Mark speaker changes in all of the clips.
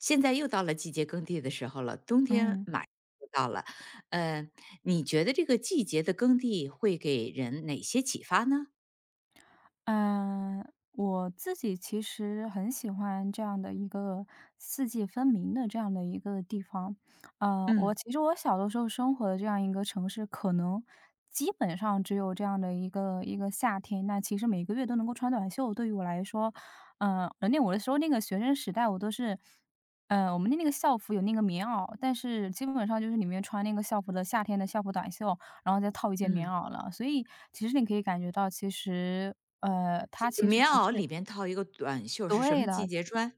Speaker 1: 现在又到了季节耕地的时候了，冬天
Speaker 2: 嗯
Speaker 1: 马上就到了，呃，你觉得这个季节的耕地会给人哪些启发呢？
Speaker 2: 嗯，呃，我自己其实很喜欢这样的一个四季分明的这样的一个地方。我
Speaker 1: 嗯
Speaker 2: 其实我小的时候生活的这样一个城市，可能基本上只有这样的一个夏天。那其实每个月都能够穿短袖，对于我来说，那我的时候那个学生时代，我都是。我们的那个校服有那个棉袄，但是基本上就是里面穿那个校服的夏天的校服短袖，然后再套一件棉
Speaker 1: 嗯，
Speaker 2: 袄了。所以其实你可以感觉到，其实，它
Speaker 1: 是
Speaker 2: 其实
Speaker 1: 棉
Speaker 2: 不
Speaker 1: 袄
Speaker 2: 是
Speaker 1: 里边套一个短袖是什
Speaker 2: 对
Speaker 1: 么季
Speaker 2: 的，
Speaker 1: 节穿？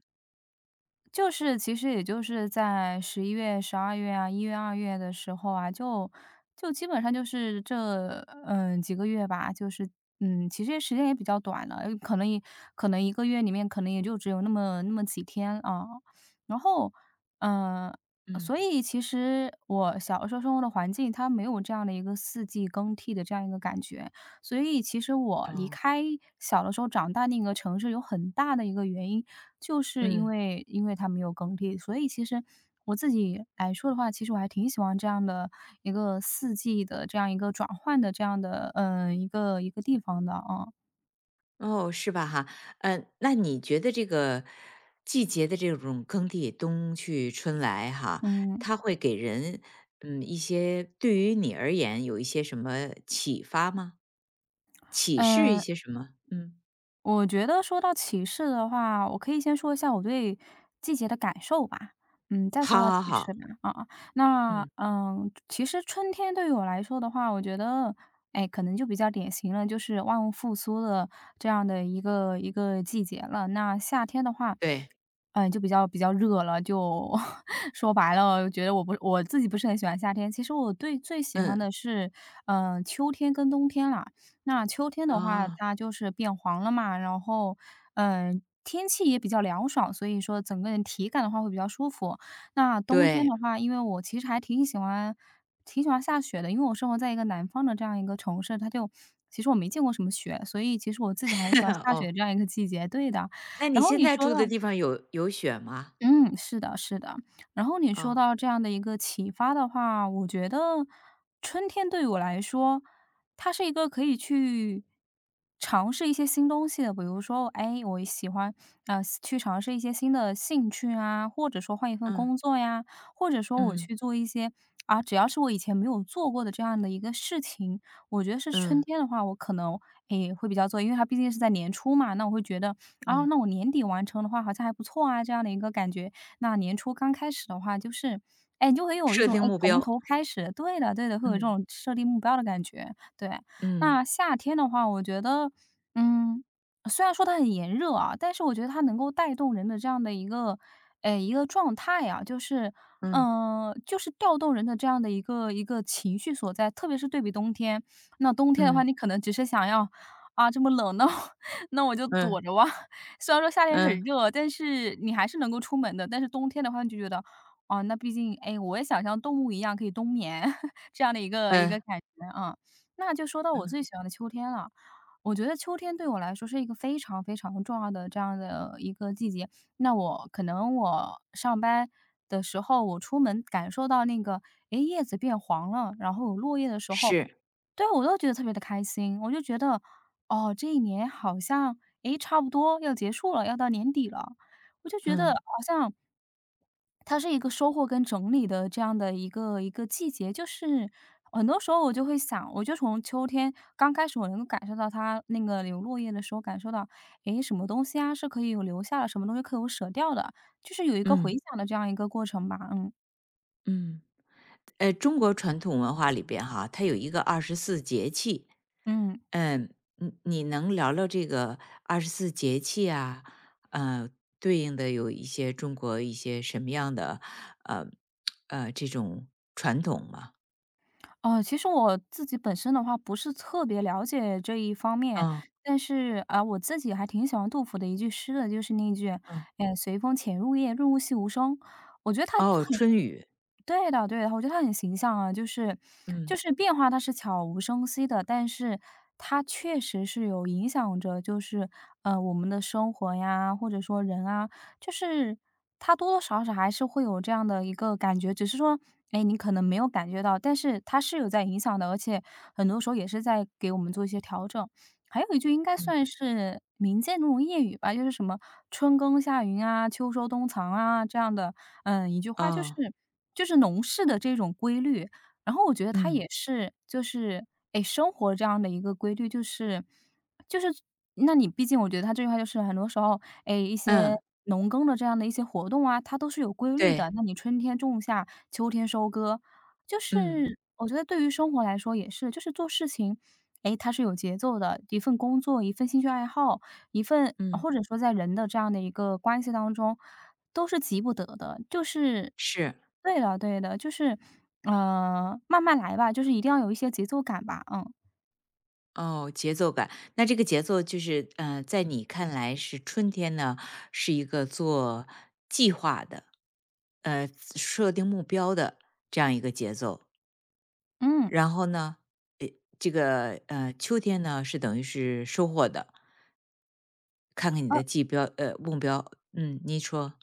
Speaker 2: 就是其实也就是在十一月、十二月啊、一月、二月的时候啊，就基本上就是这，嗯，几个月吧，就是嗯，其实时间也比较短了，可能一个月里面可能也就只有那么那么几天啊。然后，嗯，
Speaker 1: 嗯。
Speaker 2: 所以其实我小时候生活的环境，它没有这样的一个四季更替的这样一个感觉。所以其实我离
Speaker 1: 哦。
Speaker 2: 开小的时候长大那个城市有很大的一个原因，就是因
Speaker 1: 嗯。
Speaker 2: 为因为它没有耕地，所以其实我自己来说的话，其实我还挺喜欢这样的一个四季的这样一个转换的这样的，一个地方的啊。
Speaker 1: 哦，是吧哈？那你觉得这个季节的这种耕地，冬去春来哈，
Speaker 2: 嗯，
Speaker 1: 它会给人一些对于你而言有一些什么启发吗？启示一
Speaker 2: 嗯，
Speaker 1: 些什么？嗯。
Speaker 2: 我觉得说到歧视的话，我可以先说一下我对季节的感受吧，嗯，再说到歧
Speaker 1: 好好好。
Speaker 2: 视吧，啊，那
Speaker 1: 嗯。
Speaker 2: 嗯，其实春天对于我来说的话，我觉得，哎，可能就比较典型了，就是万物复苏的这样的一个季节了。那夏天的话，
Speaker 1: 对。
Speaker 2: 嗯，就比较热了，就 说白了，觉得我自己不是很喜欢夏天。其实我对最喜欢
Speaker 1: 嗯。
Speaker 2: 的是，秋天跟冬天啦。那秋天的话，
Speaker 1: 哦。
Speaker 2: 它就是变黄了嘛，然后，嗯，天气也比较凉爽，所以说整个人体感的话会比较舒服。那冬天
Speaker 1: 对。
Speaker 2: 的话，因为我其实还挺喜欢下雪的，因为我生活在一个南方的这样一个城市，它就其实我没见过什么雪，所以其实我自己还挺喜 欢下雪
Speaker 1: 哦，
Speaker 2: 这样一个季节，对的。
Speaker 1: 那你
Speaker 2: 然后
Speaker 1: 现
Speaker 2: 你
Speaker 1: 在
Speaker 2: 说到
Speaker 1: 住的地方有雪吗？
Speaker 2: 嗯，是的，是的。然后你说
Speaker 1: 哦。
Speaker 2: 到这样的一个启发的话，我觉得春天对我来说，它是一个可以去尝试一些新东西的。比如说，哎，我喜欢去尝试一些新的兴趣啊，或者说换一份
Speaker 1: 嗯。
Speaker 2: 工作呀，或者说我
Speaker 1: 嗯。
Speaker 2: 去做一些啊，只要是我以前没有做过的这样的一个事情，我觉得是春
Speaker 1: 嗯。
Speaker 2: 天的话，我可能诶会比较做，因为它毕竟是在年初嘛，那我会觉得啊，
Speaker 1: 嗯。
Speaker 2: 那我年底完成的话好像还不错啊，这样的一个感觉。那年初刚开始的话，就是，哎，你就会有一
Speaker 1: 设
Speaker 2: 种
Speaker 1: 定
Speaker 2: 哎
Speaker 1: 目
Speaker 2: 从
Speaker 1: 标。
Speaker 2: 头开始，对的对的，会有这
Speaker 1: 嗯。
Speaker 2: 种设立目标的感觉。对，
Speaker 1: 嗯。
Speaker 2: 那夏天的话，我觉得，嗯，虽然说它很炎热啊，但是我觉得它能够带动人的这样的一个，哎，一个状态啊，就是。
Speaker 1: 嗯。
Speaker 2: 就是调动人的这样的一个情绪所在，特别是对比冬天。那冬天的话，
Speaker 1: 嗯。
Speaker 2: 你可能只是想要啊这么冷，那我 那我就躲
Speaker 1: 嗯。
Speaker 2: 着吧。虽然说夏天
Speaker 1: 嗯。
Speaker 2: 很热，但是你还是能够出门的。但是冬天的话，你就觉得，哦，那毕竟，哎，我也想像动物一样可以冬眠 这样的一个
Speaker 1: 嗯。
Speaker 2: 感觉啊。那就说到我
Speaker 1: 嗯。
Speaker 2: 最喜欢的秋天了。我觉得秋天对我来说是一个非常非常重要的这样的一个季节。那我可能我上班的时候，我出门感受到那个，诶，叶子变黄了，然后有落叶的时候，
Speaker 1: 是。
Speaker 2: 对，我都觉得特别的开心。我就觉得，哦，这一年好像，诶，差不多要结束了，要到年底了。我就觉得
Speaker 1: 嗯。
Speaker 2: 好像它是一个收获跟整理的这样的一个季节。就是很多时候我就会想，我就从秋天刚开始我能够感受到它那个有落叶的时候，感受到，诶，什么东西啊是可以有留下的，什么东西可以有舍掉的，就是有一个回
Speaker 1: 嗯。
Speaker 2: 想的这样一个过程吧，嗯，
Speaker 1: 嗯。呃，中国传统文化里边哈，它有一个二十四节气。
Speaker 2: 嗯。
Speaker 1: 嗯，你能聊聊这个二十四节气啊？呃，对应的有一些中国一些什么样的呃这种传统吗？
Speaker 2: 哦，其实我自己本身的话不是特别了解这一方面，
Speaker 1: 啊、
Speaker 2: 但是啊、我自己还挺喜欢杜甫的一句诗的，就是那句
Speaker 1: 嗯。
Speaker 2: 随风潜入夜，润物细无声”。我觉得他很
Speaker 1: 哦，春雨。
Speaker 2: 对的对的，我觉得他很形象啊，就是就
Speaker 1: 嗯
Speaker 2: 是变化它是悄无声息的，但是它确实是有影响着，就是我们的生活呀，或者说人啊，就是他多多少少还是会有这样的一个感觉，只是说，哎，你可能没有感觉到，但是它是有在影响的，而且很多时候也是在给我们做一些调整。还有一句应该
Speaker 1: 嗯。
Speaker 2: 算是民间那种谚语吧，就是什么“春耕夏耘”啊，“秋收冬藏”啊这样的，嗯，一句话就是
Speaker 1: 哦。
Speaker 2: 就是农事的这种规律。然后我觉得它
Speaker 1: 嗯
Speaker 2: 也是就是，哎，生活这样的一个规律，就是那你毕竟我觉得他这句话就是很多时候，哎，一些
Speaker 1: 嗯。
Speaker 2: 农耕的这样的一些活动啊，它都是有规律
Speaker 1: 对。
Speaker 2: 的。那你春天种下，秋天收割，就是
Speaker 1: 嗯
Speaker 2: 我觉得对于生活来说也是，就是做事情，哎，它是有节奏的，一份工作，一份兴趣爱好，一份
Speaker 1: 嗯。
Speaker 2: 或者说在人的这样的一个关系当中，都是急不得的。就是
Speaker 1: 是。
Speaker 2: 对了，对的，就是，慢慢来吧，就是一定要有一些节奏感吧，嗯。
Speaker 1: 哦，节奏感。那这个节奏就是，在你看来是春天呢，是一个做计划的，呃，设定目标的这样一个节奏。
Speaker 2: 嗯。
Speaker 1: 然后呢，诶，这个秋天呢是等于是收获的，看看你的计标目标，嗯，你说。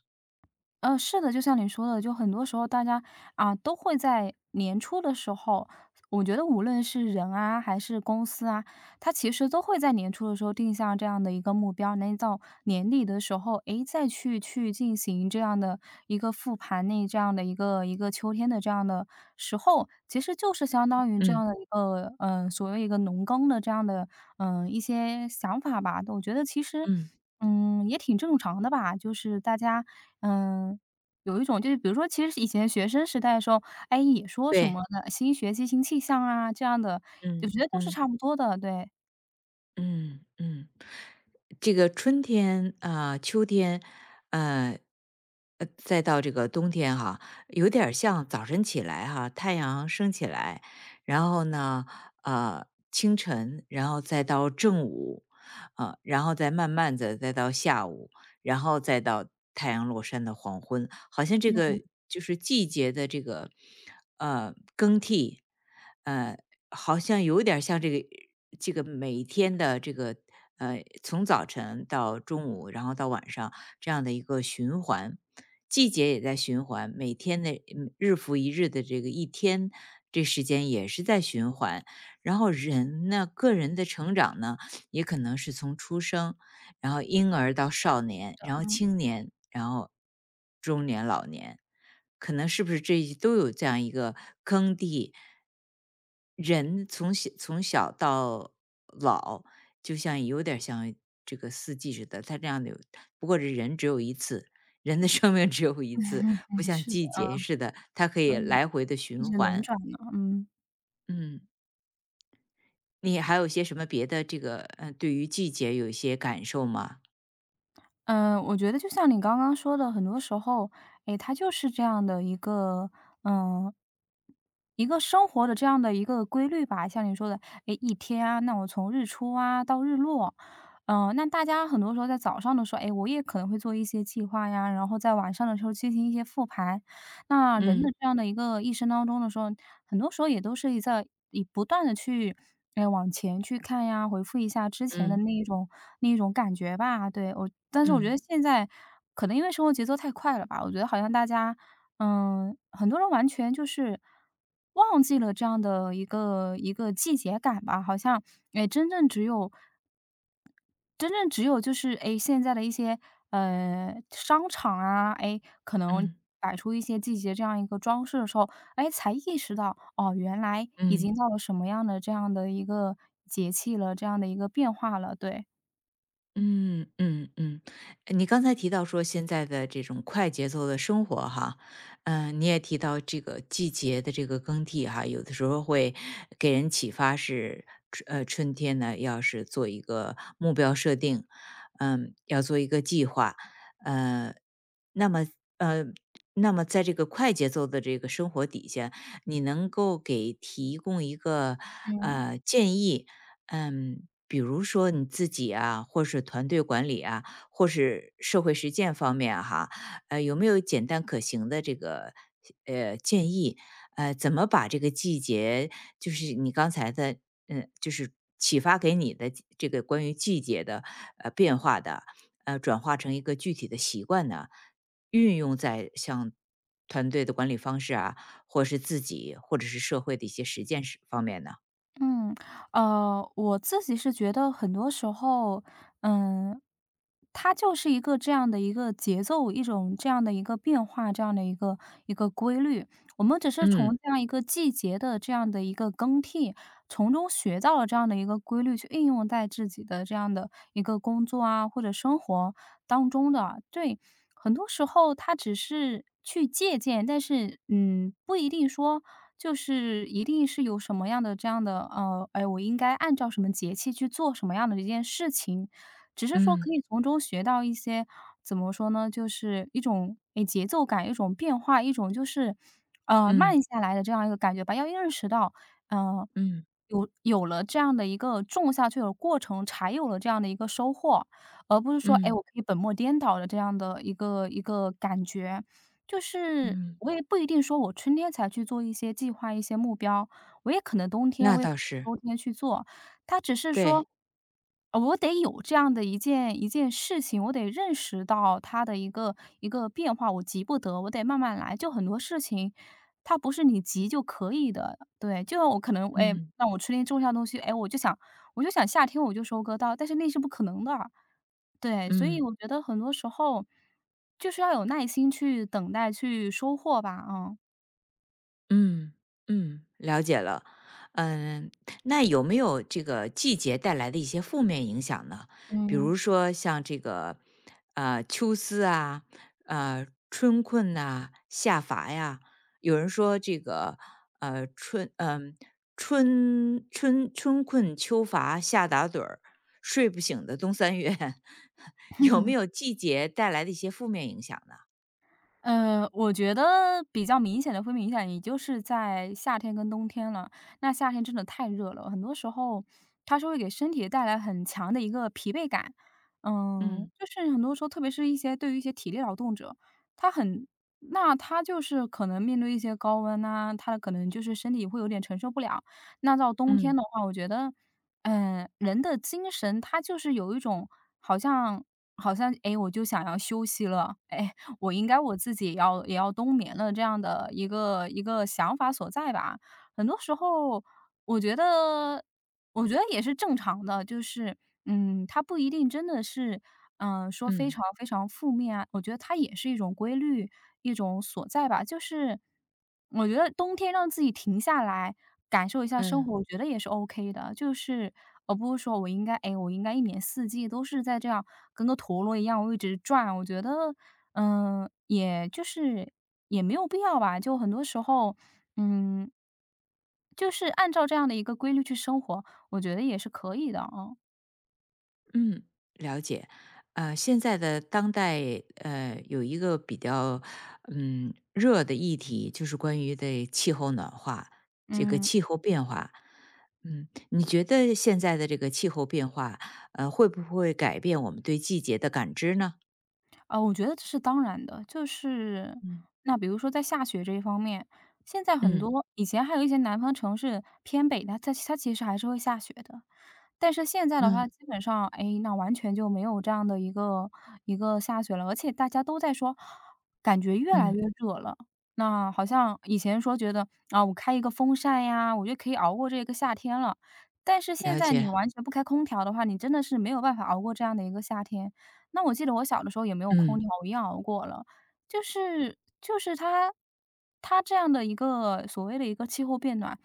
Speaker 2: 是的，就像你说的，就很多时候大家啊都会在年初的时候，我觉得无论是人啊还是公司啊，它其实都会在年初的时候定下这样的一个目标，那到年底的时候，诶，再去进行这样的一个复盘，那这样的一个秋天的这样的时候，其实就是相当于这
Speaker 1: 嗯
Speaker 2: 样的一个所谓一个农耕的这样的嗯，一些想法吧。我觉得其实，
Speaker 1: 嗯。
Speaker 2: 嗯，也挺正常的吧。就是大家，嗯，有一种就是比如说，其实以前学生时代的时候，哎，也说什么
Speaker 1: 对。
Speaker 2: 的新学期新气象啊这样的，我
Speaker 1: 嗯
Speaker 2: 觉得都是
Speaker 1: 嗯。
Speaker 2: 差不多的，对。
Speaker 1: 嗯嗯，这个春天啊、秋天，呃，再到这个冬天哈，有点儿像早晨起来哈，太阳升起来，然后呢，呃，清晨，然后再到正午，啊、然后再慢慢的再到下午，然后再到太阳落山的黄昏，好像这
Speaker 2: 嗯
Speaker 1: 个就是季节的这个更替。呃。好像有点儿像这个每天的这个从早晨到中午，然后到晚上这样的一个循环，季节也在循环，每天的日复一日的这个一天，这时间也是在循环。然后人呢，个人的成长呢，也可能是从出生然后婴儿到少年，然后
Speaker 2: 嗯
Speaker 1: 青年，然后中年、老年，可能是不是这都有这样一个坑地？人从小到老，就像有点儿像这个四季似的，它这样的有，不过这人只有一次，人的 生命只有一次，不
Speaker 2: 嗯，
Speaker 1: 像
Speaker 2: 是
Speaker 1: 季
Speaker 2: 的，
Speaker 1: 节似的，它可以
Speaker 2: 嗯，嗯，
Speaker 1: 来回的
Speaker 2: 一
Speaker 1: 循
Speaker 2: 直轮
Speaker 1: 环。
Speaker 2: 转呢，嗯。
Speaker 1: 嗯，你还有些什么别的这个，对于季节有一些感受吗？
Speaker 2: 嗯，我觉得就像你刚刚说的，很多时候，哎，它就是这样的一个，嗯，一个生活的这样的一个规律吧。像你说的，哎，一天啊，那我从日出啊到日落，那大家很多时候在早上的时候，哎，我也可能会做一些计划呀，然后在晚上的时候进行一些复盘，那人的
Speaker 1: 嗯
Speaker 2: 这样的一个一生当中的时候，很多时候也都是在以不断的去，哎往前去看呀，回复一下之前的
Speaker 1: 嗯
Speaker 2: 那一种感觉吧。对，我但是觉得
Speaker 1: 嗯。
Speaker 2: 现在可能因为生活节奏太快了吧，我觉得好像大家，很多人完全就是忘记了这样的一个季节感吧，好像，真正只有就是，现在的一些，商场啊，可能
Speaker 1: 嗯
Speaker 2: 摆出一些季节这样一个装饰的时候，才意识到，哦，原来已经
Speaker 1: 嗯
Speaker 2: 到了什么样的这样的一个节气了，这样的一个变化了，对。
Speaker 1: 嗯嗯嗯，你刚才提到说现在的这种快节奏的生活哈，嗯、你也提到这个季节的这个更替哈，有的时候会给人启发是，呃，春天呢要是做一个目标设定，嗯、要做一个计划，呃，那么，呃，那么在这个快节奏的这个生活底下，你能够给提供一个
Speaker 2: 嗯。
Speaker 1: 建议，嗯，比如说你自己啊，或是团队管理啊，或是社会实践方面啊哈，有没有简单可行的这个建议？呃，怎么把这个季节，就是你刚才的，嗯，就是启发给你的这个关于季节的变化的，呃，转化成一个具体的习惯呢，运用在像团队的管理方式啊，或是自己或者是社会的一些实践是方面呢？
Speaker 2: 嗯，我自己是觉得很多时候，嗯，它就是一个这样的一个节奏，一种这样的一个变化，这样的一个规律。我们只是从
Speaker 1: 嗯
Speaker 2: 这样一个季节的这样的一个更替，从中学到了这样的一个规律，去应用在自己的这样的一个工作啊，或者生活当中的啊。对，很多时候他只是去借鉴，但是，不一定说就是一定是有什么样的这样的，我应该按照什么节气去做什么样的一件事情，只是说
Speaker 1: 嗯
Speaker 2: 可以从中学到一些怎么说呢，就是一种，节奏感，一种变化，一种就是，
Speaker 1: 嗯
Speaker 2: 慢下来的这样一个感觉吧。要认识到，呃，
Speaker 1: 嗯
Speaker 2: 有了这样的一个种下去的过程，才有了这样的一个收获。而不是说，
Speaker 1: 嗯
Speaker 2: 哎，我
Speaker 1: 嗯
Speaker 2: 可以本末颠倒的这样的一个感觉。就是
Speaker 1: 嗯
Speaker 2: 我也不一定说我春天才去做一些计划、一些目标，我也可能冬天，
Speaker 1: 那
Speaker 2: 我也可
Speaker 1: 倒
Speaker 2: 能
Speaker 1: 是。
Speaker 2: 秋天去做。它只是
Speaker 1: 对。
Speaker 2: 说，我得有这样的一件事情，我得认识到它的一个变化，我急不得，我得慢慢来。就很多事情，它不是你急就可以的。对，就像我可能，哎，
Speaker 1: 嗯
Speaker 2: 让我春天种下东西，哎，我就想夏天我就收割到，但是那是不可能的。对，所以
Speaker 1: 嗯。
Speaker 2: 我觉得很多时候就是要有耐心去等待、去收获吧。嗯。
Speaker 1: 嗯嗯，了解了。嗯，那有没有这个季节带来的一些负面影响呢？比
Speaker 2: 嗯。
Speaker 1: 如说像这个秋思啊，春困呐、夏乏呀。有人说这个呃春嗯、春春春困秋乏夏打盹儿，睡不醒的冬三月，有没有季节带来的一些负面影响呢？
Speaker 2: 我觉得比较明显的会明显，也就是在夏天跟冬天了。那夏天真的太热了，很多时候它是会给身体带来很强的一个疲惫感。
Speaker 1: 嗯
Speaker 2: 就是很多时候，特别是一些对于一些体力劳动者，他很那他就是可能面对一些高温呐、他可能就是身体会有点承受不了。那到冬天
Speaker 1: 嗯
Speaker 2: 的话，我觉得，嗯、人的精神他就是有一种好像好像哎，我就想要休息了，哎。我应该我自己也要冬眠了这样的一个想法所在吧。很多时候我觉得我觉得也是正常的，就是，它不一定真的是，嗯、说非
Speaker 1: 嗯
Speaker 2: 常非常负面啊，我觉得它也是一种规律，一种所在吧。就是我觉得冬天让自己停下来，感受一下生
Speaker 1: 嗯。
Speaker 2: 活，我觉得也是 OK 的。就是而不是说我应该，哎，我应该一年四季都是在这样跟个陀螺一样，我一直转。我觉得，嗯、也就是也没有必要吧。就很多时候，嗯，就是按照这样的一个规律去生活，我觉得也是可以的啊。
Speaker 1: 嗯，了解。现在的当代有一个比较热的议题，就是关于的气候暖化，这个
Speaker 2: 嗯，
Speaker 1: 气候变化。嗯，你觉得现在的这个气候变化，会不会改变我们对季节的感知呢？
Speaker 2: 啊，我觉得这是当然的。就是
Speaker 1: 嗯
Speaker 2: 那比如说在下雪这一方面，现在很
Speaker 1: 嗯
Speaker 2: 多以前还有一些南方城市偏北它其实还是会下雪的。但是现在的话，
Speaker 1: 嗯
Speaker 2: 基本上，哎，那完全就没有这样的一个下雪了，而且大家都在说，感觉越来
Speaker 1: 嗯，
Speaker 2: 越热了。那好像以前说觉得，啊，我开一个风扇呀，我就可以熬过这个夏天了。但是现
Speaker 1: 了
Speaker 2: 在你
Speaker 1: 解。
Speaker 2: 完全不开空调的话，你真的是没有办法熬过这样的一个夏天。那我记得我小的时候也没有空
Speaker 1: 嗯
Speaker 2: 调，我一样熬过了。就是它它这样的一个所谓的一个气候变暖，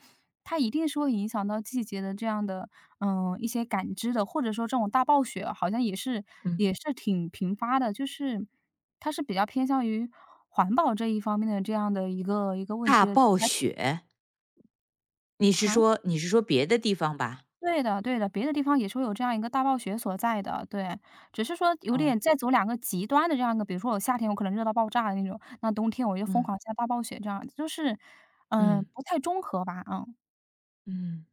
Speaker 2: 它一定是会影响到季节的这样的，一些感知的，或者说这种大暴雪好像也是
Speaker 1: 嗯，
Speaker 2: 也是挺频发的，就是它是比较偏向于环保这一方面的这样的一个问题
Speaker 1: 大
Speaker 2: 的。
Speaker 1: 暴
Speaker 2: 还
Speaker 1: 雪，你是
Speaker 2: 哈？
Speaker 1: 说别的地方吧？
Speaker 2: 对的对的，别的地方也是会有这样一个大暴雪所在的，对。只是说有
Speaker 1: 嗯
Speaker 2: 点再走两个极端的这样一个，比如说我夏天我可能热到爆炸的那种，那冬天我就疯
Speaker 1: 嗯
Speaker 2: 狂下大暴雪这样，就是，嗯，
Speaker 1: 嗯
Speaker 2: 不太中和吧，嗯。
Speaker 1: 嗯。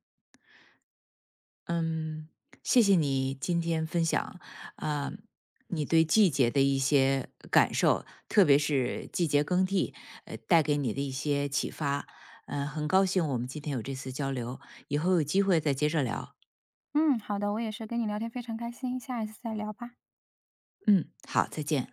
Speaker 1: 嗯，谢谢你今天分享啊、你对季节的一些感受，特别是季节更替，带给你的一些启发。嗯、很高兴我们今天有这次交流，以后有机会再接着聊。
Speaker 2: 嗯，好的，我也是跟你聊天非常开心，下一次再聊吧。
Speaker 1: 嗯，好，再见。